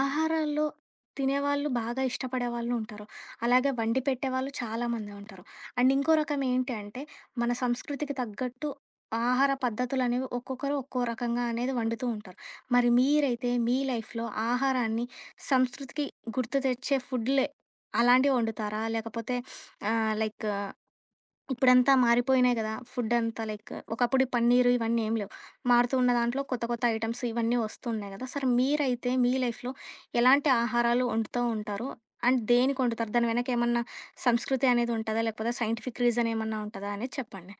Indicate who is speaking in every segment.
Speaker 1: ఆహారాల్లో తినేవాళ్ళు బాగా ఇష్టపడే వాళ్ళు ఉంటారు. అలాగే వండి పెట్టేవాళ్ళు చాలామందే ఉంటారు. అండ్ ఇంకో రకం ఏంటి అంటే, మన సంస్కృతికి తగ్గట్టు ఆహార పద్ధతులనేవి ఒక్కొక్కరు ఒక్కో రకంగా అనేది వండుతూ ఉంటారు. మరి మీరైతే మీ లైఫ్‌లో ఆహారాన్ని సంస్కృతికి గుర్తు తెచ్చే ఫుడ్‌లే అలాంటివి వండుతారా? లేకపోతే లైక్ ఇప్పుడంతా మారిపోయినాయి కదా! ఫుడ్డంతా లైక్ ఒకప్పుడు ఈ పన్నీరు ఇవన్నీ ఏం లేవు. మారుతూ ఉన్న దాంట్లో కొత్త కొత్త ఐటెమ్స్ ఇవన్నీ వస్తున్నాయి కదా! సరే మీరైతే మీ లైఫ్‌లో ఎలాంటి ఆహారాలు వండుతూ ఉంటారు? అండ్ దేనికి వండుతారు? దాని వెనక ఏమన్నా సంస్కృతి అనేది ఉంటదా? లేకపోతే సైంటిఫిక్ రీజన్ ఏమన్నా ఉంటదా అనేది చెప్పండి.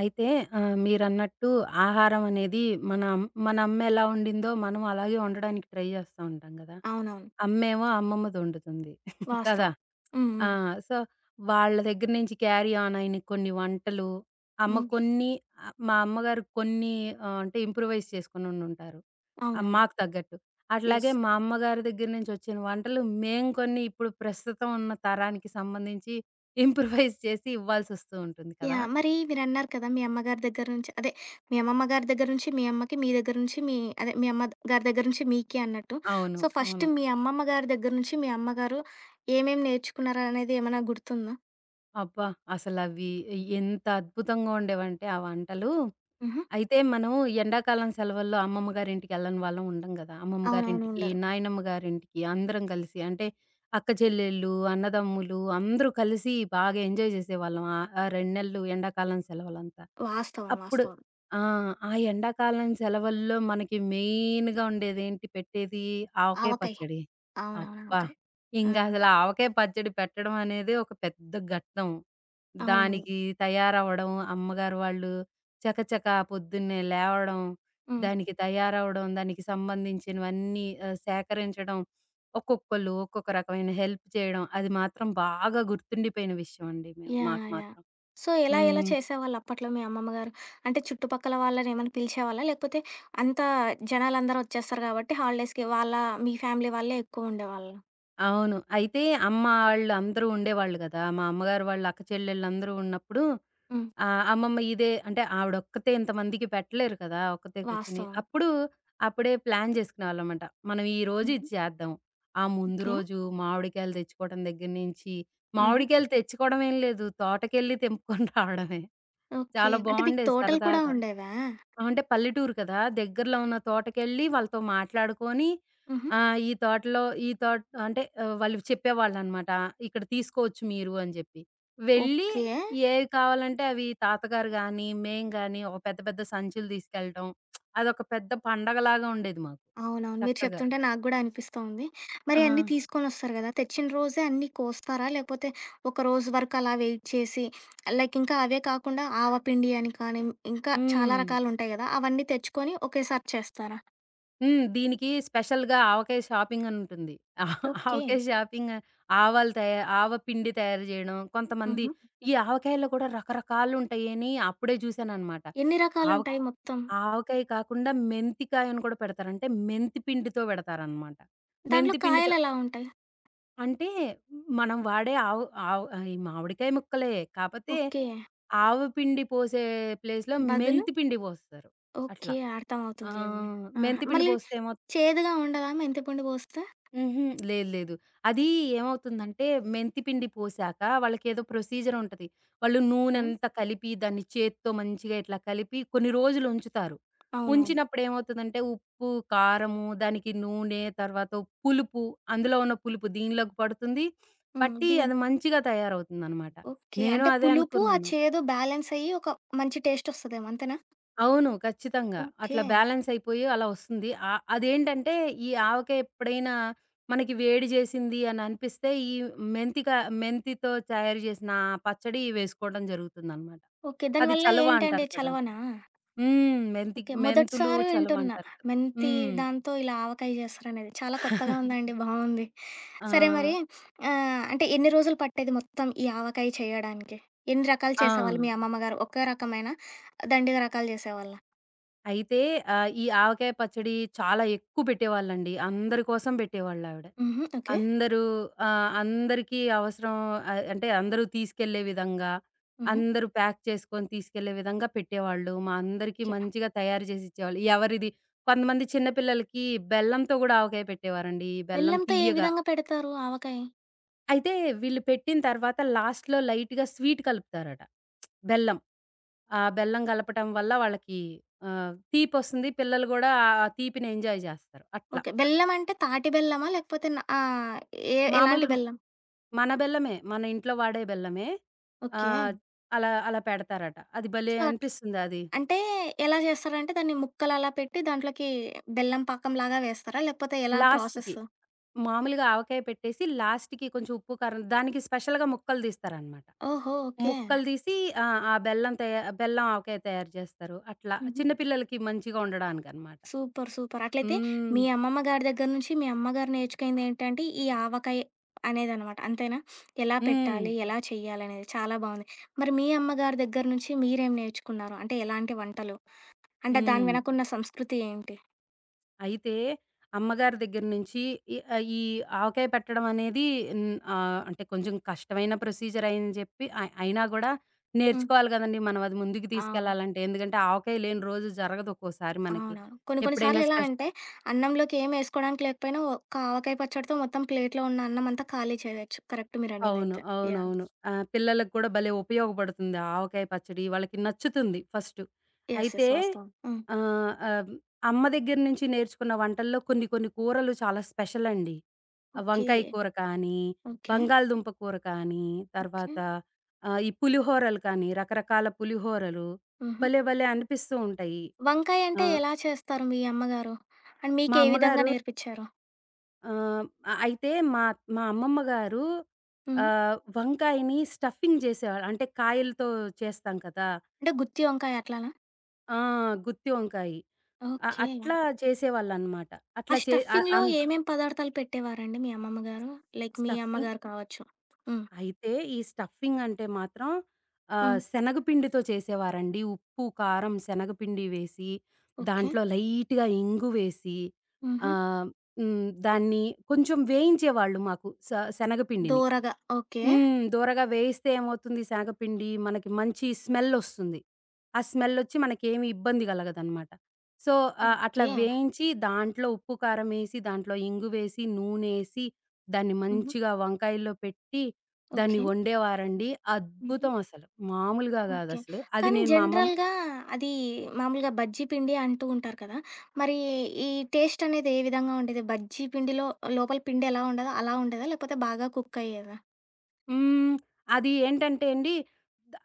Speaker 2: అయితే మీరన్నట్టు ఆహారం అనేది మన అమ్మ ఎలా వండిందో మనం అలాగే వండడానికి ట్రై జేస్తా ఉంటాం గదా!
Speaker 1: అవునవును.
Speaker 2: అమ్మేమో అమ్మమ్మది వండుతుంది. కదా!
Speaker 1: వాస్తవం. హ్మ్.
Speaker 2: ఆ!
Speaker 1: హ్మ్.
Speaker 2: సో, వాళ్ళ దగ్గర నుంచి క్యారీ ఆన్ అయిన కొన్ని వంటలు, అమ్మ
Speaker 1: హ్మ్.
Speaker 2: కొన్ని, మా అమ్మగారు కొన్ని అంటే ఇంప్రూవైజ్ చేసుకొని వండుంటారు.
Speaker 1: అవునవును.
Speaker 2: మాకు తగ్గట్టు. అట్లాగే
Speaker 1: యెస్.
Speaker 2: మా అమ్మగారి దగ్గర నుంచి వచ్చిన వంటలు మేము కొన్ని ఇప్పుడు ప్రస్తుతం ఉన్న తరానికి సంబంధించి ఇంప్రూవైజ్ చేసి ఇవ్వాల్సొస్తూ ఉంటుంది కదా!
Speaker 1: యాహ్! మరి మీరన్నారు కదా! మీ అమ్మగారి దగ్గర నుంచి అదే మీ అమ్మమ్మ గారి దగ్గర నుంచి మీ అమ్మకి, మీ దగ్గర నుంచి మీ అదే మీ అమ్మ గారి దగ్గర నుంచి మీకి అన్నట్టు.
Speaker 2: అవును.
Speaker 1: సో, ఫస్ట్
Speaker 2: అవును.
Speaker 1: మీ అమ్మమ్మ గారి దగ్గర నుంచి మీ అమ్మగారు ఏమేమి నేర్చుకున్నారనేది ఏమైనా గుర్తుందా?
Speaker 2: అబ్బా! అసలవి ఎంత అద్భుతంగా ఉండేవంటే ఆ వంటలు.
Speaker 1: హుహు.
Speaker 2: అయితే మనం ఎండాకాలం సెలవుల్లో అమ్మమ్మ గారింటికెళ్ళని వాళ్ళం ఉండం గదా! అమ్మమ్మ
Speaker 1: అవునవును.
Speaker 2: గారింటికి,
Speaker 1: ఉండరు.
Speaker 2: నాయనమ్మ గారింటికి అందరం కలిసి అంటే అక్క చెల్లెళ్ళు, అన్నదమ్ములు అందరూ కలిసి బాగా ఎంజాయ్ చేసేవాళ్ళం. ఆ ఆ 2 నెలలు ఎండాకాలం సెలవులంతా.
Speaker 1: వాస్తవం.
Speaker 2: అప్పుడు
Speaker 1: వాస్తవం.
Speaker 2: ఆ! ఆ ఎండాకాలం సెలవుల్లో మనకి మెయిన్‌గా ఉండేదేంటి పెట్టేది? ఆవకాయ
Speaker 1: ఆవకాయి.
Speaker 2: పచ్చడి.
Speaker 1: అవునవును.
Speaker 2: అబ్బా!
Speaker 1: ఆవకాయి. ఆ!
Speaker 2: ఇంగసలు ఆవకాయ పచ్చడి పెట్టడం అనేది ఒక పెద్ద ఘట్టం.
Speaker 1: అవునవును.
Speaker 2: దానికి తయారవ్వడం, అమ్మగారు వాళ్ళు చకచకా పొద్దున్నే లేవడం,
Speaker 1: హ్మ్.
Speaker 2: దానికి తయారవ్వడం, దానికి సంబంధించినవన్నీ సేకరించడం, ఒక్కొక్కళ్ళు ఒక్కొక్క రకమైన హెల్ప్ చేయడం, అది మాత్రం బాగా గుర్తుండిపోయిన విషయం అండి. మేము మాకు
Speaker 1: యాహ్! యాహ్!
Speaker 2: మాత్రం.
Speaker 1: సో, ఎలా ఎలా
Speaker 2: హ్మ్.
Speaker 1: చేసేవాళ్ళు అప్పట్లో మీ అమ్మమ్మ గారు? అంటే చుట్టుపక్కల వాళ్ళని ఏమైనా పిలిచేవాళ్ళా? లేకపోతే అంత జనాలందరూ వచ్చేస్తారు కాబట్టి హాలిడేస్‌కి వాళ్ళ మీ ఫ్యామిలీ వాళ్ళే ఎక్కువుండేవాళ్ళా?
Speaker 2: అవును. అయితే అమ్మ ఆళ్ళు అందరూ ఉండేవాళ్ళు గదా! మా అమ్మగారు వాళ్ళ అక్క చెల్లెళ్ళందరూ ఉన్నప్పుడు
Speaker 1: హ్మ్.
Speaker 2: అమ్మమ్మ ఇదే అంటే ఆవిడొక్కతే ఇంతమందికి పెట్టలేరు కదా! ఒక్కతే కూర్చొని.
Speaker 1: వాస్తవం.
Speaker 2: అప్పుడు అప్పుడే ప్లాన్ చేసుకునేవాళ్ళమాట. మనం ఈరోజు
Speaker 1: హుహు.
Speaker 2: ఇది చేద్దాం. ఆ ముందు
Speaker 1: ఓకే.
Speaker 2: రోజు మామిడికాయలు తెచ్చుకోవడం దగ్గర నుంచి
Speaker 1: హుహు.
Speaker 2: మామిడికాయలు తెచ్చుకోవడం ఏం లేదు. తోటకెళ్ళి తెంపుకొని రావడమే.
Speaker 1: ఓకే.
Speaker 2: చాలా
Speaker 1: అంటే మీకు
Speaker 2: బావుండేది
Speaker 1: తోటలు కూడా
Speaker 2: సరదాగా.
Speaker 1: ఉండేవా?
Speaker 2: ఆ! అంటే పల్లెటూరు కదా! దగ్గరలో ఉన్న తోటకెళ్ళి వాళ్ళతో మాట్లాడుకొని,
Speaker 1: హుహు.
Speaker 2: ఈ తోటలో ఈ తోట అంటే వాళ్ళు చెప్పేవాళ్ళనమాట. ఇక్కడ తీసుకోవచ్చు మీరు అని జెప్పి. వెళ్ళి
Speaker 1: ఓకే.
Speaker 2: ఏవి కావాలంటే అవి తాతగారు గాని, మేము గాని ఒక పెద్ద పెద్ద సంచులు తీసుకెళ్ళటం. అదొక పెద్ద పండగలాగా ఉండేది మాకు.
Speaker 1: అవునవును. మీరు
Speaker 2: చక్కగా.
Speaker 1: చెప్తుంటే నాకు గూడా అనిపిస్తూ ఉంది. మరి
Speaker 2: ఆ!
Speaker 1: అన్నీ తీసుకొనొస్తారు గదా! తెచ్చిన రోజే అన్నీ కోస్తారా? లేపోతే ఒక రోజు వరకు అలా వెయిట్ చేసి లైక్ ఇంకా అవే కాకుండా ఆవపిండి అని కానీ, ఇంకా చాలా
Speaker 2: హ్మ్.
Speaker 1: రకాలుంటాయి గదా! అవన్నీ తెచ్చుకొని ఒకేసారి చేస్తారా?
Speaker 2: హ్మ్. దీనికి స్పెషల్‌గా ఆవకాయ షాపింగ్ అని ఉంటుంది.
Speaker 1: ఓకే.
Speaker 2: ఆవకాయ షాపింగ్, ఆవాలు తయా ఆవ పిండి తయారు చేయడం. కొంతమంది
Speaker 1: హుహు.
Speaker 2: ఈ ఆవకాయల్లో కూడా రకరకాలుంటాయని అప్పుడే చూసాననమాట.
Speaker 1: ఎన్ని
Speaker 2: ఆవ
Speaker 1: రకాలుంటాయి మొత్తం?
Speaker 2: ఆవకాయ కాకుండా మెంతికాయని కూడా పెడతారు. అంటే మెంతి పిండితో పెడతారనమాట.
Speaker 1: దాంట్లో
Speaker 2: మెంతి పిండితో
Speaker 1: కాయలెలా ఉంటాయి?
Speaker 2: అంటే మనం వాడే ఆవు ఆవు ఈ మామిడికాయ ముక్కలే. కాపోతే
Speaker 1: ఓకే.
Speaker 2: ఆవ పిండి పోసే ప్లేస్‌లో
Speaker 1: బదులు
Speaker 2: మెంతి పిండి పోస్తారు.
Speaker 1: ఓకే.
Speaker 2: అట్లా. ఆ!
Speaker 1: అర్థమవుతుందిలెండి. ఆహా!
Speaker 2: మెంతి పిండి
Speaker 1: మళ్ళీ
Speaker 2: పోస్తే ఏమవుతుందంటే
Speaker 1: చేదుగా ఉండదా మెంతిపిండి బోస్తే?
Speaker 2: హుహు. లేదు, లేదు. అది ఏమవుతుందంటే మెంతి పిండి పోసాక వాళ్ళకేదో ప్రొసీజర్ ఉంటది. వాళ్ళు నూనంతా కలిపి దాన్ని చేత్తో మంచిగా ఇట్లా కలిపి కొన్ని రోజులు ఉంచుతారు.
Speaker 1: అవునవును.
Speaker 2: ఉంచినప్పుడు ఏమవుతదంటే ఉప్పు, కారము, దానికి నూనె, తర్వాత పులుపు అందులో ఉన్న పులుపు దీనిలోకి పడుతుంది.
Speaker 1: హ్మ్.
Speaker 2: పట్టి అది మంచిగా తయారవుతుందనమాట.
Speaker 1: ఓకే.
Speaker 2: నేను
Speaker 1: అంటే
Speaker 2: అదే
Speaker 1: పులుపు, ఆ
Speaker 2: అనుకున్నాను.
Speaker 1: చేదు బ్యాలెన్స్ అయ్యి ఒక మంచి టేస్టొస్తదేమో అంతేనా?
Speaker 2: అవును. ఖచ్చితంగా.
Speaker 1: ఓకే.
Speaker 2: అట్లా బ్యాలెన్స్ అయిపోయి అలా వస్తుంది. అదేంటంటే ఈ ఆవకాయ ఎప్పుడైనా మనకి వేడి జేసింది అని అనిపిస్తే ఈ మెంతి క మెంతితో తయారు చేసిన ఆ పచ్చడి వేసుకోవడం జరుగుతుందనమాట.
Speaker 1: ఓకే.
Speaker 2: అది
Speaker 1: దానివల్ల
Speaker 2: చలవ
Speaker 1: ఏంటండి
Speaker 2: అంటారు కదా!
Speaker 1: చలవనా?
Speaker 2: హ్మ్.
Speaker 1: ఓకే.
Speaker 2: మెంతులు
Speaker 1: మొదటిసారి
Speaker 2: చలవ
Speaker 1: వింటున్నా.
Speaker 2: అంటారు కదా!
Speaker 1: మెంతి
Speaker 2: హ్మ్.
Speaker 1: దాంతో ఇలా ఆవకాయ చేస్తారనేది. చాలా కొత్తగా ఉందండి. బావుంది.
Speaker 2: ఆ!
Speaker 1: సరే మరి అంటే ఎన్ని రోజులు పట్టేది మొత్తం ఈ ఆవకాయ చేయడానికి? ఎన్ని రకాలు
Speaker 2: ఆ!
Speaker 1: చేసేవాళ్ళు మీ అమ్మమ్మ గారు? ఒకే రకమేనా? దండిగా రకాలు చేసేవాళ్ళా?
Speaker 2: అయితే ఈ ఆవకాయ పచ్చడి చాలా ఎక్కువ పెట్టేవాళ్ళండి. అందరి కోసం పెట్టేవాళ్ళావిడ.
Speaker 1: హుహు. ఓకే.
Speaker 2: అందరూ అందరికీ అవసరం అంటే అందరూ తీసుకెళ్ళే విధంగా,
Speaker 1: హుహు.
Speaker 2: అందరూ ప్యాక్ చేసుకొని తీసుకెళ్ళే విధంగా పెట్టేవాళ్ళు. మా అందరికీ
Speaker 1: ఓకే.
Speaker 2: మంచిగా తయారు చేసి ఇచ్చేవాళ్ళు. ఎవరిది కొంతమంది చిన్న పిల్లలకి బెల్లంతో గూడా ఆవకాయ పెట్టేవారండి. ఈ బెల్లం
Speaker 1: బెల్లంతో ఏ
Speaker 2: తియ్యగా.
Speaker 1: విధంగా పెడతారు ఆవకాయ?
Speaker 2: అయితే వీళ్ళు పెట్టిన తర్వాత లాస్ట్‌లో లైట్‌గా స్వీట్ కలుపుతారట. బెల్లం. ఆ బెల్లం కలపటం వల్ల వాళ్ళకి తీపొస్తుంది. పిల్లలు గూడా ఆ తీపిని ఎంజాయ్ జేస్తారు. అట్లా.
Speaker 1: ఓకే. బెల్లం అంటే తాటి బెల్లమా? లేకపోతే ఏ
Speaker 2: మామూలు
Speaker 1: ఎలాంటి బెల్లం?
Speaker 2: మన బెల్లమే. మన ఇంట్లో వాడే బెల్లమే.
Speaker 1: ఓకే.
Speaker 2: ఆహ్, అలా అలా పెడతారట. అది భలే
Speaker 1: సో,
Speaker 2: అనిపిస్తుందది.
Speaker 1: అంటే ఎలా చేస్తారంటే దాన్ని ముక్కలలా పెట్టి దాంట్లోకి బెల్లం పాకంలాగా వేస్తారా? లేకపోతే ఎలా
Speaker 2: లాస్ట్‌కి
Speaker 1: ప్రాసెస్?
Speaker 2: మామూలుగా ఆవకాయ పెట్టేసి లాస్ట్‌కి కొంచెం ఉప్పు, కారం దానికి స్పెషల్‌గా ముక్కలు తీస్తారనమాట.
Speaker 1: ఓహో! ఓకే.
Speaker 2: ముక్కలు తీసి ఆ! బెల్లం ఆవకాయ తయారు చేస్తారు. అట్లా
Speaker 1: హుహు.
Speaker 2: చిన్న పిల్లలకి మంచిగా ఉండడానికనమాట.
Speaker 1: సూపర్. సూపర్. అట్లయితే
Speaker 2: హ్మ్.
Speaker 1: మీ అమ్మమ్మ గారి దగ్గర నుంచి మీ అమ్మగారు నేర్చుకుందేంటంటే ఈ ఆవకాయ అనేదనమాట. అంతేనా? ఎలా
Speaker 2: హ్మ్.
Speaker 1: పెట్టాలి? ఎలా చెయ్యాలనేది చాలా బావుంది. మరి మీ అమ్మగారి దగ్గర నుంచి మీరేం నేర్చుకున్నారు? అంటే ఎలాంటి వంటలు? అంటే దాని
Speaker 2: హ్మ్.
Speaker 1: వెనకున్న సంస్కృతి ఏంటి?
Speaker 2: అయితే అమ్మగారి దగ్గర నుంచి ఈ ఆవకాయ పెట్టడం అనేది అంటే కొంచెం కష్టమైన ప్రొసీజర్ అని చెప్పి అయినా గూడా
Speaker 1: హ్మ్.
Speaker 2: నేర్చుకోవాలి గదండీ మనం అది ముందుకు
Speaker 1: అవును.
Speaker 2: తీసుకెళ్ళాలంటే. ఎందుకంటే ఆవకాయ లేని రోజు జరగదు ఒక్కోసారి మనకి.
Speaker 1: అవునవును. కొన్ని కొన్ని
Speaker 2: ఎప్పుడైనా
Speaker 1: సార్లు ఎలా
Speaker 2: స్పెషల్
Speaker 1: అంటే, అన్నంలోకి ఏం ఏసుకోడానికి లేకపోయినా ఒక్క ఆవకాయ పచ్చడితో మొత్తం ప్లేట్‌లో ఉన్న అన్నమంతా ఖాళీ చేయొచ్చు. కరెక్ట్
Speaker 2: అవును.
Speaker 1: మీరనిందైతే. యాహ్!
Speaker 2: అవునవును. పిల్లలకి కూడా భలే ఉపయోగపడుతుంది. ఆ ఆవకాయ పచ్చడి వాళ్ళకి నచ్చుతుంది ఫస్టు.
Speaker 1: యెస్.
Speaker 2: అయితే
Speaker 1: యెస్. వాస్తవం. హ్మ్.
Speaker 2: ఆహ్, ఆహ్, అమ్మ దగ్గర నుంచి నేర్చుకున్న వంటల్లో కొన్ని కొన్ని కూరలు చాలా స్పెషల్ అండి. ఆ
Speaker 1: ఓకే.
Speaker 2: వంకాయ కూర కానీ,
Speaker 1: ఓకే.
Speaker 2: బంగాళదుంప కూర కానీ,
Speaker 1: ఓకే.
Speaker 2: తర్వాత ఈ పులిహోరలు కానీ రకరకాల పులిహోరలు
Speaker 1: హుహు.
Speaker 2: భలే భలే అనిపిస్తూ ఉంటాయి.
Speaker 1: వంకాయ అంటే
Speaker 2: ఆహ్,
Speaker 1: ఎలా చేస్తారు మీ అమ్మగారు? అండ్
Speaker 2: మా
Speaker 1: మీకే విధంగా
Speaker 2: అమ్మగారు
Speaker 1: నేర్పిచ్చారు?
Speaker 2: ఆహ్, అయితే మా మా అమ్మమ్మ గారు
Speaker 1: హ్మ్.
Speaker 2: వంకాయని స్టఫింగ్ చేసేవాళ్ళు. అంటే కాయలతో చేస్తాం కదా!
Speaker 1: అంటే గుత్తి వంకాయ అట్లానా?
Speaker 2: ఆ! గుత్తి వంకాయి.
Speaker 1: ఓకే.
Speaker 2: అట్లా చేసేవాళ్ళనమాట.
Speaker 1: ఆ
Speaker 2: అట్లా చే ఆహ్,
Speaker 1: స్టఫింగ్‌లో
Speaker 2: అన్
Speaker 1: ఏమేం పదార్థాలు పెట్టేవారండి మీ అమ్మమ్మ గారు? లైక్ మీ
Speaker 2: స్టఫింగ్
Speaker 1: అమ్మగారు కావచ్చు. హ్మ్.
Speaker 2: అయితే ఈ స్టఫింగ్ అంటే మాత్రం
Speaker 1: హ్మ్.
Speaker 2: శనగపిండితో చేసేవారండి. ఉప్పు, కారం, శనగపిండి వేసి,
Speaker 1: ఓకే.
Speaker 2: దాంట్లో లైట్‌గా ఇంగు వేసి
Speaker 1: హుహు.
Speaker 2: ఆహ్, హ్మ్. దాన్ని కొంచెం వేయించేవాళ్ళు మాకు. శనగపిండిని.
Speaker 1: దోరగా. ఓకే.
Speaker 2: హ్మ్. దోరగా వేయిస్తే ఏమవుతుంది శనగపిండి మనకి మంచి స్మెల్లొస్తుంది. ఆ స్మెల్లొచ్చి మనకేమి ఇబ్బంది గలగదనమాట. సో, అట్లా
Speaker 1: ఓకే.
Speaker 2: వేయించి దాంట్లో ఉప్పు, కారమేసి, దాంట్లో ఇంగువేసి, నూనేసి, దాన్ని
Speaker 1: హుహు.
Speaker 2: మంచిగా వంకాయల్లో పెట్టి దాన్ని
Speaker 1: ఓకే.
Speaker 2: వండేవారండి.
Speaker 1: హుహు.
Speaker 2: అద్భుతం అసలు. మామూలుగా
Speaker 1: ఓకే.
Speaker 2: గాదసలు. అది
Speaker 1: కానీ
Speaker 2: నేను మా అమ్మమ్మ
Speaker 1: జనరల్‌గా అది మామూలుగా బజ్జీ పిండి అంటూ ఉంటారు కదా! మరి ఈ టేస్ట్ అనేది ఏ విధంగా ఉండేది? బజ్జీ పిండిలో లోపల పిండి ఎలా ఉండదో అలా ఉండేదా? లేకపోతే బాగా కుక్ అయ్యేదా?
Speaker 2: హ్మ్. అది ఏంటంటే అండి,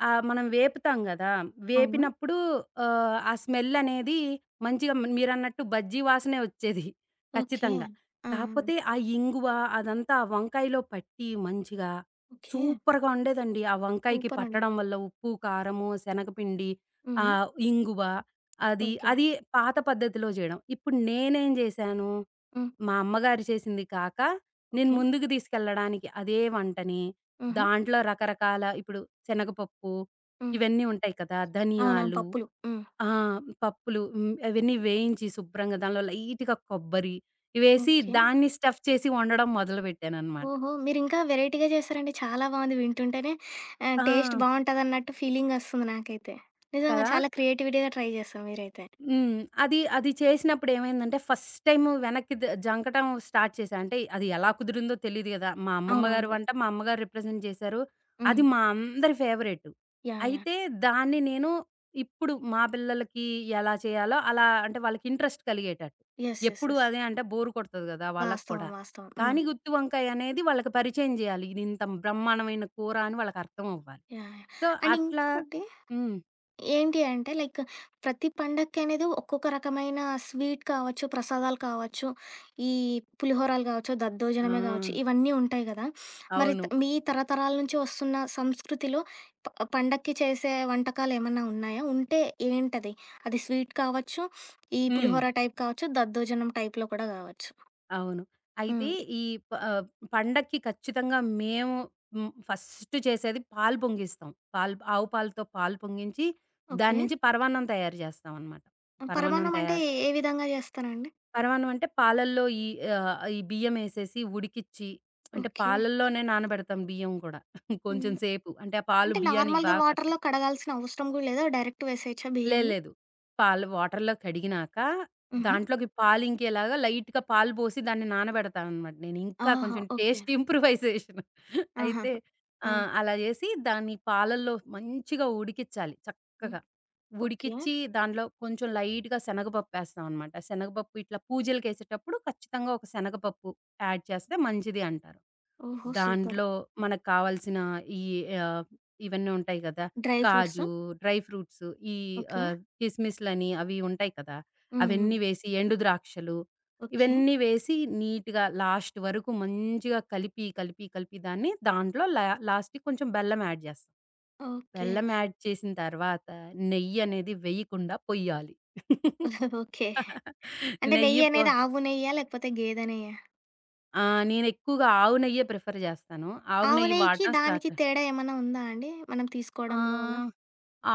Speaker 2: మనం వేపుతాం గదా!
Speaker 1: అవును.
Speaker 2: వేపినప్పుడు ఆ స్మెల్ అనేది మంచిగా మీరన్నట్టు బజ్జీ వాసనే వచ్చేది
Speaker 1: ఓకే.
Speaker 2: ఖచ్చితంగా.
Speaker 1: ఆ! ఆ!
Speaker 2: కాకపోతే ఆ ఇంగువ అదంతా ఆ వంకాయలో పట్టి మంచిగా
Speaker 1: ఓకే.
Speaker 2: సూపర్‌గా ఉండేదండి. ఆ వంకాయకి
Speaker 1: సూపర్ అండి.
Speaker 2: పట్టడం వల్ల ఉప్పు, కారము, శనగపిండి,
Speaker 1: హ్మ్.
Speaker 2: ఇంగువ
Speaker 1: ఓకే.
Speaker 2: అది పాత పద్ధతిలో జేయడం. ఇప్పుడు నేనేం జేశాను
Speaker 1: హ్మ్.
Speaker 2: మా అమ్మగారు చేసింది కాక, నేను
Speaker 1: ఓకే.
Speaker 2: ముందుకు తీసుకెళ్ళడానికి అదే వంటని,
Speaker 1: హుహు.
Speaker 2: దాంట్లో రకరకాల ఇప్పుడు శనగపప్పు
Speaker 1: హ్మ్.
Speaker 2: ఇవన్నీ ఉంటాయి కదా!
Speaker 1: అవునవును.
Speaker 2: ధనియాలు
Speaker 1: పప్పులు. హ్మ్.
Speaker 2: ఆ! పప్పులు హ్మ్. అవన్నీ వేయించి శుభ్రంగా దానిలో లైట్‌గా కొబ్బరి ఇవేసి
Speaker 1: ఓకే.
Speaker 2: దాన్ని స్టఫ్ చేసి వండడం మొదలుపెట్టాననమాట.
Speaker 1: ఓహో! మీరింకా వెరైటీగా చేశారండి. చాలా బావుంది వింటుంటేనే టేస్ట్
Speaker 2: ఆ!
Speaker 1: బావుంటదన్నట్టు ఫీలింగొస్తుంది నాకైతే. నిజంగా
Speaker 2: కదా!
Speaker 1: చాలా క్రియేటివిటీగా ట్రై చేశారు మీరైతే.
Speaker 2: హ్మ్. అది చేసినప్పుడు ఏమైందంటే ఫస్ట్ టైము వెనక్కి జంకటం స్టార్ట్ చేశా. అంటే అది ఎలా కుదిరిందో తెలీదు గదా! మా అమ్మమ్మ గారి
Speaker 1: అవునవునులే.
Speaker 2: వంట మా అమ్మగారు రిప్రజెంట్ చేశారు. అది
Speaker 1: హ్మ్.
Speaker 2: మా అందరి ఫేవరెట్.
Speaker 1: యాహ్! యాహ్!
Speaker 2: అయితే దాన్ని నేను ఇప్పుడు మా పిల్లలకి ఎలా చేయాలో అలా అంటే వాళ్ళకి ఇంట్రెస్ట్ కలిగేటట్టు.
Speaker 1: యెస్. యెస్.
Speaker 2: ఎప్పుడు
Speaker 1: యెస్.
Speaker 2: అదే అంటే బోర్ కొడతది గదా! వాళ్ళకి కూడా.
Speaker 1: వాస్తవం. వాస్తవం. హ్మ్.
Speaker 2: కానీ గుత్తి వంకాయ అనేది వాళ్ళకి పరిచయం జేయాలి. ఇది ఇంత బ్రహ్మాండమైన కూర అని వాళ్ళకి అర్థం అవ్వాలి.
Speaker 1: యాహ్! యాహ్!
Speaker 2: సో,
Speaker 1: అండ్
Speaker 2: అట్లా
Speaker 1: ఇంకోటి
Speaker 2: హ్మ్.
Speaker 1: ఏంటి అంటే లైక్ ప్రతి పండక్కి అనేది ఒక్కొక్క రకమైన స్వీట్ కావచ్చు, ప్రసాదాలు కావచ్చు, ఈ పులిహోరాలు కావచ్చు,
Speaker 2: ఆ!
Speaker 1: దద్దోజనమే కావచ్చు, ఇవన్నీ ఉంటాయి కదా! మరి
Speaker 2: అవును.
Speaker 1: మీ తరతరాల నుంచి వస్తున్న సంస్కృతిలో ప పండక్కి చేసే వంటకాలు ఏమన్నా ఉన్నాయా? ఉంటే ఏంటది? అది స్వీట్ కావచ్చు, ఈ
Speaker 2: హ్మ్.
Speaker 1: పులిహోర టైప్ కావచ్చు, దద్దోజనం టైప్‌లో కూడా కావచ్చు.
Speaker 2: అవును. అయితే
Speaker 1: హ్మ్.
Speaker 2: ఈ ప ఆహ్, పండక్కి ఖచ్చితంగా మేము హ్మ్. ఫస్ట్ చేసేది పాలు పొంగిస్తాం. పాలు ఆవు పాలతో పాలు పొంగించి, దాని
Speaker 1: ఓకే.
Speaker 2: నుంచి పరమాన్నం తయారు చేస్తామనమాట. పరమాన్నం
Speaker 1: పరమాన్నం అంటే
Speaker 2: తయారు
Speaker 1: ఏ ఏ విధంగా జేస్తారండి?
Speaker 2: పరమాన్నం అంటే పాలల్లో ఈ బియ్యమేసేసి ఉడికిచ్చి అంటే
Speaker 1: ఓకే.
Speaker 2: పాలల్లోనే నానబెడతాం బియ్యం కూడా కొంచెం
Speaker 1: హ్మ్.
Speaker 2: సేపు. అంటే ఆ పాలు
Speaker 1: అంటే
Speaker 2: బియ్యానికి
Speaker 1: నార్మల్‌గా
Speaker 2: బాగా పట్ట
Speaker 1: వాటర్‌లో కడగాల్సిన అవసరం గూడా లేదా? డైరెక్ట్ వేసేయచ్చా బియ్యంని?
Speaker 2: లేదు. పాలు వాటర్‌లో కడిగినాక,
Speaker 1: హుహు.
Speaker 2: దాంట్లోకి పాలింకేలాగా లైట్‌గా పాలు పోసి దాన్ని నానబెడతాననమాట నేను. ఇంకా
Speaker 1: ఆహా!
Speaker 2: కొంచెం
Speaker 1: ఓకే.
Speaker 2: Taste improvisation.
Speaker 1: ఆహాహా!
Speaker 2: అయితే ఆ!
Speaker 1: ఆ!
Speaker 2: అలా చేసి దాన్ని పాలల్లో మంచిగా ఉడికిచ్చాలి
Speaker 1: హ్మ్.
Speaker 2: చక్కగా.
Speaker 1: ఓకే.
Speaker 2: ఉడికిచ్చి దాంట్లో కొంచెం లైట్‌గా శనగపప్పేస్తామనమాట. శనగపప్పు ఇట్లా పూజలకేసేటప్పుడు ఖచ్చితంగా ఒక శనగపప్పు యాడ్ చేస్తే మంచిది అంటారు.
Speaker 1: ఓహో! సూపర్.
Speaker 2: దాంట్లో మనకు కావాల్సిన ఈ ఆహ్, ఇవన్నీ ఉంటాయి కదా!
Speaker 1: Dry fruits.
Speaker 2: కాజు, డ్రై ఫ్రూట్స్, ఈ
Speaker 1: ఓకే.
Speaker 2: కిస్మిస్‌లని అవి ఉంటాయి కదా!
Speaker 1: హ్మ్. హ్మ్.
Speaker 2: అవన్నీ వేసి, ఎండు ద్రాక్షలు
Speaker 1: ఓకే.
Speaker 2: ఇవన్నీ వేసి నీట్‌గా లాస్ట్ వరకు మంచిగా కలిపి, కలిపి, కలిపి దాన్ని దాంట్లో లా లాస్ట్‌కి కొంచెం బెల్లం యాడ్ చేస్తాం.
Speaker 1: ఓకే.
Speaker 2: బెల్లం యాడ్ చేసిన తర్వాత నెయ్యి అనేది వేయకుండా పొయ్యాలి.
Speaker 1: ఓకే. అంటే
Speaker 2: నెయ్యి పో
Speaker 1: నెయ్యనేది ఆవు నెయ్యా? లేకపోతే గేదె నెయ్యా?
Speaker 2: ఆ! నేనెక్కువగా ఆవు నెయ్యే ప్రిఫర్ చేస్తాను. ఆవు
Speaker 1: ఆవు
Speaker 2: నెయ్యి
Speaker 1: నెయ్యికి,
Speaker 2: వాడటం
Speaker 1: దానికి
Speaker 2: స్టార్ట్
Speaker 1: తేడా ఏమన్నా ఉందా అండి? మనం
Speaker 2: ఆ!
Speaker 1: తీసుకోవడంలో అలా?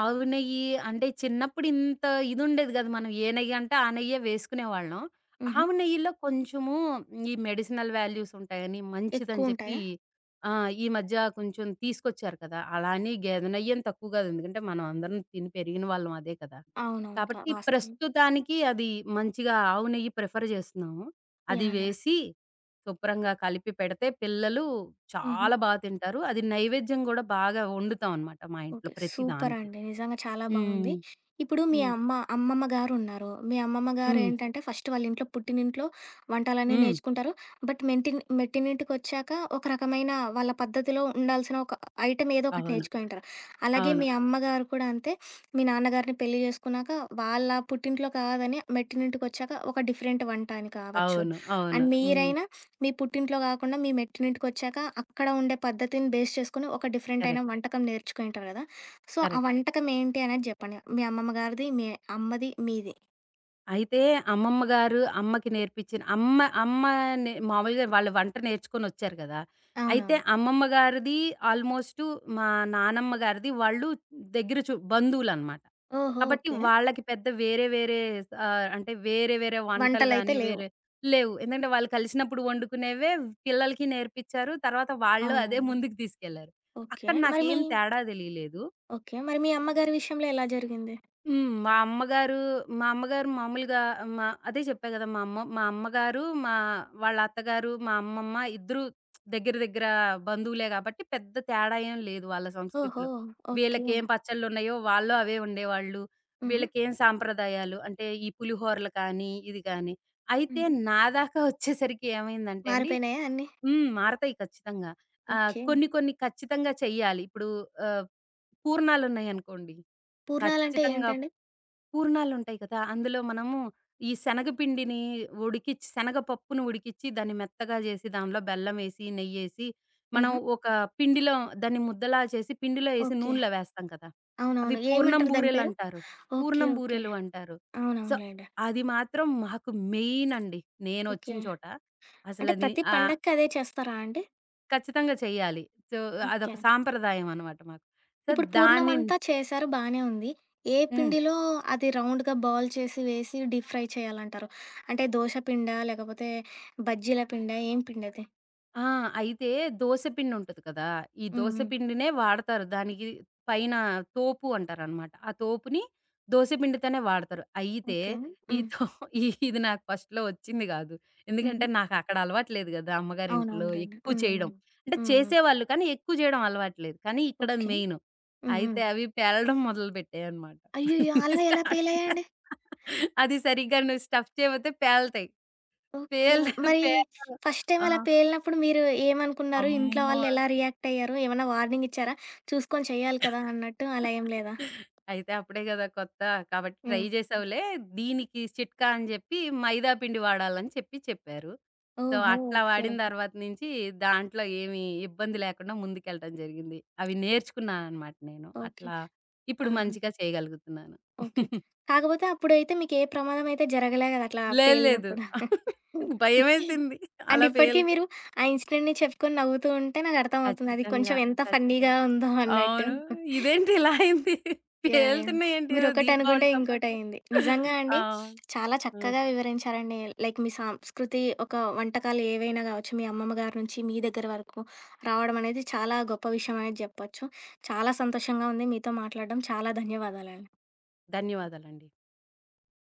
Speaker 2: ఆవు నెయ్యి అంటే చిన్నప్పుడు ఇంత ఇదుండేది కాదు. మనం ఏ నెయ్యి అంటే ఆ నెయ్యే వేసుకునేవాళ్ళం.
Speaker 1: హుహు.
Speaker 2: ఆవు నెయ్యిలో కొంచెము ఈ మెడిసినల్ వాల్యూస్ ఉంటాయని, మంచిదని చెప్పి
Speaker 1: ఎక్కువుంటాయా?
Speaker 2: ఈ మధ్య కొంచెం తీసుకొచ్చారు కదా! అలా అని గేదె నెయ్యి అని తక్కువ కాదు. ఎందుకంటే మనం అందరం తిని పెరిగిన వాళ్ళం అదే కదా!
Speaker 1: అవునవును.
Speaker 2: కాబట్టి
Speaker 1: వాస్తవం.
Speaker 2: ప్రస్తుతానికి అది మంచిగా ఆవు నెయ్యి ప్రిఫర్ చేస్తున్నాము. అది
Speaker 1: యాహ్! యాహ్!
Speaker 2: వేసి శుభ్రంగా కలిపి పెడితే పిల్లలు
Speaker 1: హుహు.
Speaker 2: చాలా తింటారు. అది నైవేద్యం గూడా బాగా వండుతాం అనమాట మా ఇంట్లో
Speaker 1: ఓకే.
Speaker 2: ప్రతి
Speaker 1: సూపర్
Speaker 2: దానికి.
Speaker 1: అండి. నిజంగా చాలా బావుంది.
Speaker 2: హ్మ్.
Speaker 1: ఇప్పుడు మీ
Speaker 2: హ్మ్.
Speaker 1: అమ్మ, అమ్మమ్మ గారున్నారు. మీ అమ్మమ్మ
Speaker 2: హ్మ్.
Speaker 1: గారేంటంటే ఫస్ట్ వాళ్ళ ఇంట్లో పుట్టినింట్లో వంటలన్నీ
Speaker 2: హ్మ్.
Speaker 1: నేర్చుకుంటారు. బట్ మెట్టినింటికొచ్చాక ఒక రకమైన వాళ్ళ పద్ధతిలో ఉండాల్సిన ఒక ఐటెమ్ ఏదో ఒకటి
Speaker 2: అవును.
Speaker 1: నేర్చుకొనింటారు. అలాగే
Speaker 2: అవును.
Speaker 1: మీ అమ్మగారు కూడా అంతే. మీ నాన్నగారిని పెళ్లి చేసుకున్నాక వాళ్ళ పుట్టింట్లో కాదని మెట్టినింటికొచ్చాక ఒక డిఫరెంట్ వంట అని కావచ్చు. అవును.
Speaker 2: అవును. అవును. అవును.
Speaker 1: అండ్
Speaker 2: హ్మ్.
Speaker 1: మీరైనా మీ పుట్టింట్లో గాకుండా మీ మెట్టినింటికి వచ్చాక అక్కడ ఉండే పద్ధతిని బేస్ చేసుకొని ఒక డిఫరెంట్ అయిన
Speaker 2: కరెక్ట్.
Speaker 1: వంటకం నేర్చుకొని ఉంటారు కదా! సో, ఆ
Speaker 2: కరెక్ట్.
Speaker 1: వంటకం ఏంటి అనేది జెప్పండి. మీ అమ్మమ్మ గారిది, మీ అమ్మది, మీది.
Speaker 2: అయితే అమ్మమ్మ గారు అమ్మకి నేర్పించిన అమ్మ అమ్మ నే మామూలుగా వాళ్ళు వంట నేర్చుకొనొచ్చారు గదా! అయితే
Speaker 1: అవునవును.
Speaker 2: అమ్మమ్మ గారిది ఆల్‌మోస్టు మా నానమ్మ గారిది వాళ్ళు దగ్గర బంధువులనమాట.
Speaker 1: ఓహో!
Speaker 2: కాబట్టి
Speaker 1: ఓకే.
Speaker 2: వాళ్ళకి పెద్ద వేరే వేరే అంటే వేరే వేరే వంటలు
Speaker 1: వంటలైతే
Speaker 2: గాని
Speaker 1: లేవు.
Speaker 2: వేరే లేవు. ఎందుకంటే వాళ్ళు కలిసినప్పుడు వండుకునేవే పిల్లలకి నేర్పించారు. తర్వాత వాళ్ళు అదే
Speaker 1: అవునండి.
Speaker 2: ముందుకు తీసుకెళ్లారు.
Speaker 1: ఓకే.
Speaker 2: అక్కడ
Speaker 1: మరి మీ
Speaker 2: నాకేం తేడా తెలీలేదు.
Speaker 1: ఓకే. మరి మీ అమ్మగారి విషయంలో ఎలా జరిగింది?
Speaker 2: హ్మ్. మా అమ్మగారు మామూలుగా మా అదే చెప్పా గదా! మా అమ్మగారు, మా వాళ్ళ అత్తగారు, మా అమ్మమ్మ ఇద్దరూ దగ్గర దగ్గర బంధువులే గాబట్టి పెద్ద తేడా ఏం లేదు వాళ్ళ
Speaker 1: ఓహో!
Speaker 2: సంస్కృతిలో.
Speaker 1: ఓకే.
Speaker 2: వీళ్ళకేం పచ్చళ్ళున్నాయో వాళ్ళు అవే వండేవాళ్ళు.
Speaker 1: హుహు.
Speaker 2: వీళ్ళకేం సాంప్రదాయాలు అంటే ఈ పులిహోరలు కానీ, ఇది కానీ. అయితే
Speaker 1: హ్మ్.
Speaker 2: నా దాకా వచ్చేసరికి ఏమైందంటే అండి
Speaker 1: మారిపోయినాయా అన్నీ?
Speaker 2: హ్మ్. మారతాయి ఖచ్చితంగా.
Speaker 1: ఓకే.
Speaker 2: కొన్ని కొన్ని ఖచ్చితంగా చెయ్యాలి. ఇప్పుడు ఆహ్, పూర్ణాలున్నాయనుకోండి.
Speaker 1: పూర్ణాలంటే
Speaker 2: ఖచ్చితంగా
Speaker 1: ఏంటండి?
Speaker 2: పూర్ణాలుంటాయి కదా! అందులో మనము ఈ శనగపిండిని ఉడికిచ్చి శనగపప్పును ఉడికిచ్చి దాన్ని మెత్తగా జేసి దానిలో బెల్లమేసి, నెయ్యేసి మనం
Speaker 1: ఆహా!
Speaker 2: ఒక పిండిలో దాన్ని ముద్దలా చేసి పిండిలో ఏసి
Speaker 1: ఓకే.
Speaker 2: నూనెలో వేస్తాం కదా! అవి
Speaker 1: అవునవును.
Speaker 2: పూర్ణం
Speaker 1: ఏమంటారు దాని పేరు?
Speaker 2: బూరెలంటారు.
Speaker 1: ఓకే.
Speaker 2: పూర్ణం
Speaker 1: ఓకే.
Speaker 2: బూరెలు అంటారు. సో,
Speaker 1: అవునవునులేండి.
Speaker 2: అది మాత్రం మాకు మెయినండి.
Speaker 1: ఓకే.
Speaker 2: నేనొచ్చిన చోట.
Speaker 1: అంటే
Speaker 2: అసలది
Speaker 1: ప్రతి
Speaker 2: ఆహ్,
Speaker 1: పండక్కి అదే చేస్తారా అండి?
Speaker 2: ఖచ్చితంగా చెయ్యాలి. సో, అదొక
Speaker 1: ఓకే.
Speaker 2: సాంప్రదాయం అనమాట మాకు. సో,
Speaker 1: ఇప్పుడు పూర్ణం
Speaker 2: దాన్ని
Speaker 1: అంతా చేశారు బానే ఉంది. ఏ
Speaker 2: హ్మ్.
Speaker 1: పిండిలో అది రౌండ్‌గా బాల్ చేసి వేసి డీప్ ఫ్రై చేయాలంటారు? అంటే దోస పిండా? లేకపోతే బజ్జీల పిండా? ఏం పిండది?
Speaker 2: ఆ! అయితే దోస పిండుంటది కదా! ఈ
Speaker 1: హ్మ్.
Speaker 2: దోస
Speaker 1: హ్మ్.
Speaker 2: పిండినే వాడతారు. దానికి పైన తోపు అంటారనమాట. ఆ తోపుని దోస పిండితోనే వాడతారు. అయితే
Speaker 1: ఓకే.
Speaker 2: ఈ
Speaker 1: హ్మ్.
Speaker 2: తో ఇది నాకు ఫస్ట్‌లో వచ్చింది గాదు. ఎందుకంటే
Speaker 1: హుహు.
Speaker 2: నాకక్కడ అలవాట్లేదు గదా! అమ్మగారింట్లో
Speaker 1: అవునవునులెండి.
Speaker 2: ఎక్కువ
Speaker 1: హ్మ్. హ్మ్.
Speaker 2: చేయడం. అంటే
Speaker 1: హ్మ్. హ్మ్.
Speaker 2: చేసేవాళ్ళు కానీ ఎక్కువ చేయడం అలవాట్లేదు. కానీ ఇక్కడ
Speaker 1: ఓకే.
Speaker 2: మెయిను.
Speaker 1: హ్మ్. హ్మ్.
Speaker 2: అయితే అవి పేలడం మొదలుపెట్టాయనమాట.
Speaker 1: అయ్యయ్యో! అలా ఎలా
Speaker 2: స్టార్ట్ చే
Speaker 1: పేలాయండి?
Speaker 2: అది సరిగ్గా నువ్వు స్టఫ్ చేయపోతే పేలతాయి.
Speaker 1: ఓకే.
Speaker 2: పేల్
Speaker 1: మరి
Speaker 2: పేలడం
Speaker 1: ఫస్ట్ టైమ్
Speaker 2: ఆ!
Speaker 1: అలా పేలినప్పుడు మీరు ఏమనుకున్నారు? ఇంట్లో
Speaker 2: అమ్మో!
Speaker 1: వాళ్ళు ఎలా రియాక్ట్ అయ్యారు? ఏమన్నా వార్నింగ్ ఇచ్చారా? చూసుకొని చేయాలి కదా! అన్నట్టు అలా ఏం లేదా?
Speaker 2: అయితే అప్పుడే గదా! కొత్త కాబట్టి ట్రై
Speaker 1: హ్మ్.
Speaker 2: జేసావులే. దీనికి చిట్కా అని జెప్పి మైదా పిండి వాడాలని చెప్పారు. సో,
Speaker 1: ఓహో!
Speaker 2: అట్లా
Speaker 1: ఓకే.
Speaker 2: వాడిన తర్వాత నుంచి దాంట్లో ఏమి ఇబ్బంది లేకుండా ముందుకెళ్ళటం జరిగింది. అవి నేర్చుకున్నాననమాట నేను.
Speaker 1: ఓకే.
Speaker 2: అట్లా ఇప్పుడు
Speaker 1: ఆహా!
Speaker 2: మంచిగా చేయగలుగుతున్నాను.
Speaker 1: ఓకే. కాకపోతే అప్పుడైతే మీకే ప్రమాదం అయితే జరగలే గదా! అట్లా
Speaker 2: లేదు. లేదు.
Speaker 1: పేలినప్పుడు.
Speaker 2: భయమేసింది.
Speaker 1: అండ్
Speaker 2: అలా
Speaker 1: ఇప్పటికి
Speaker 2: పేలితే.
Speaker 1: మీరు ఆ ఇన్సిడెంట్‌ని చెప్పుకొని నవ్వుతూ ఉంటే నాకర్థమవుతుంది. అది
Speaker 2: ఖచ్చితంగా.
Speaker 1: కొంచెం ఎంత ఫన్నీగా
Speaker 2: ఖచ్చితంగా.
Speaker 1: ఉందో అన్నట్టు.
Speaker 2: అవును. ఇదేంటి ఇలా అయింది?
Speaker 1: యాహ్! యాహ్!
Speaker 2: పేలుతున్నాయేంటి ఏదో దీపావళి
Speaker 1: మీరొకటనుకుంటే
Speaker 2: టపాకాయలు.
Speaker 1: ఇంకోటయింది. నిజంగా అండి
Speaker 2: అవును.
Speaker 1: చాలా
Speaker 2: ఆ!
Speaker 1: చక్కగా వివరించారండి. లైక్ మీ సంస్కృతి ఒక వంటకాలు ఏవైనా గావచ్చు, మీ అమ్మమ్మ గారి నుంచి మీ దగ్గర వరకు రావడం అనేది చాలా గొప్ప విషయం అనేది జెప్పొచ్చు. చాలా సంతోషంగా ఉంది మీతో మాట్లాడడం. చాలా ధన్యవాదాలండి.
Speaker 2: ధన్యవాదాలండి.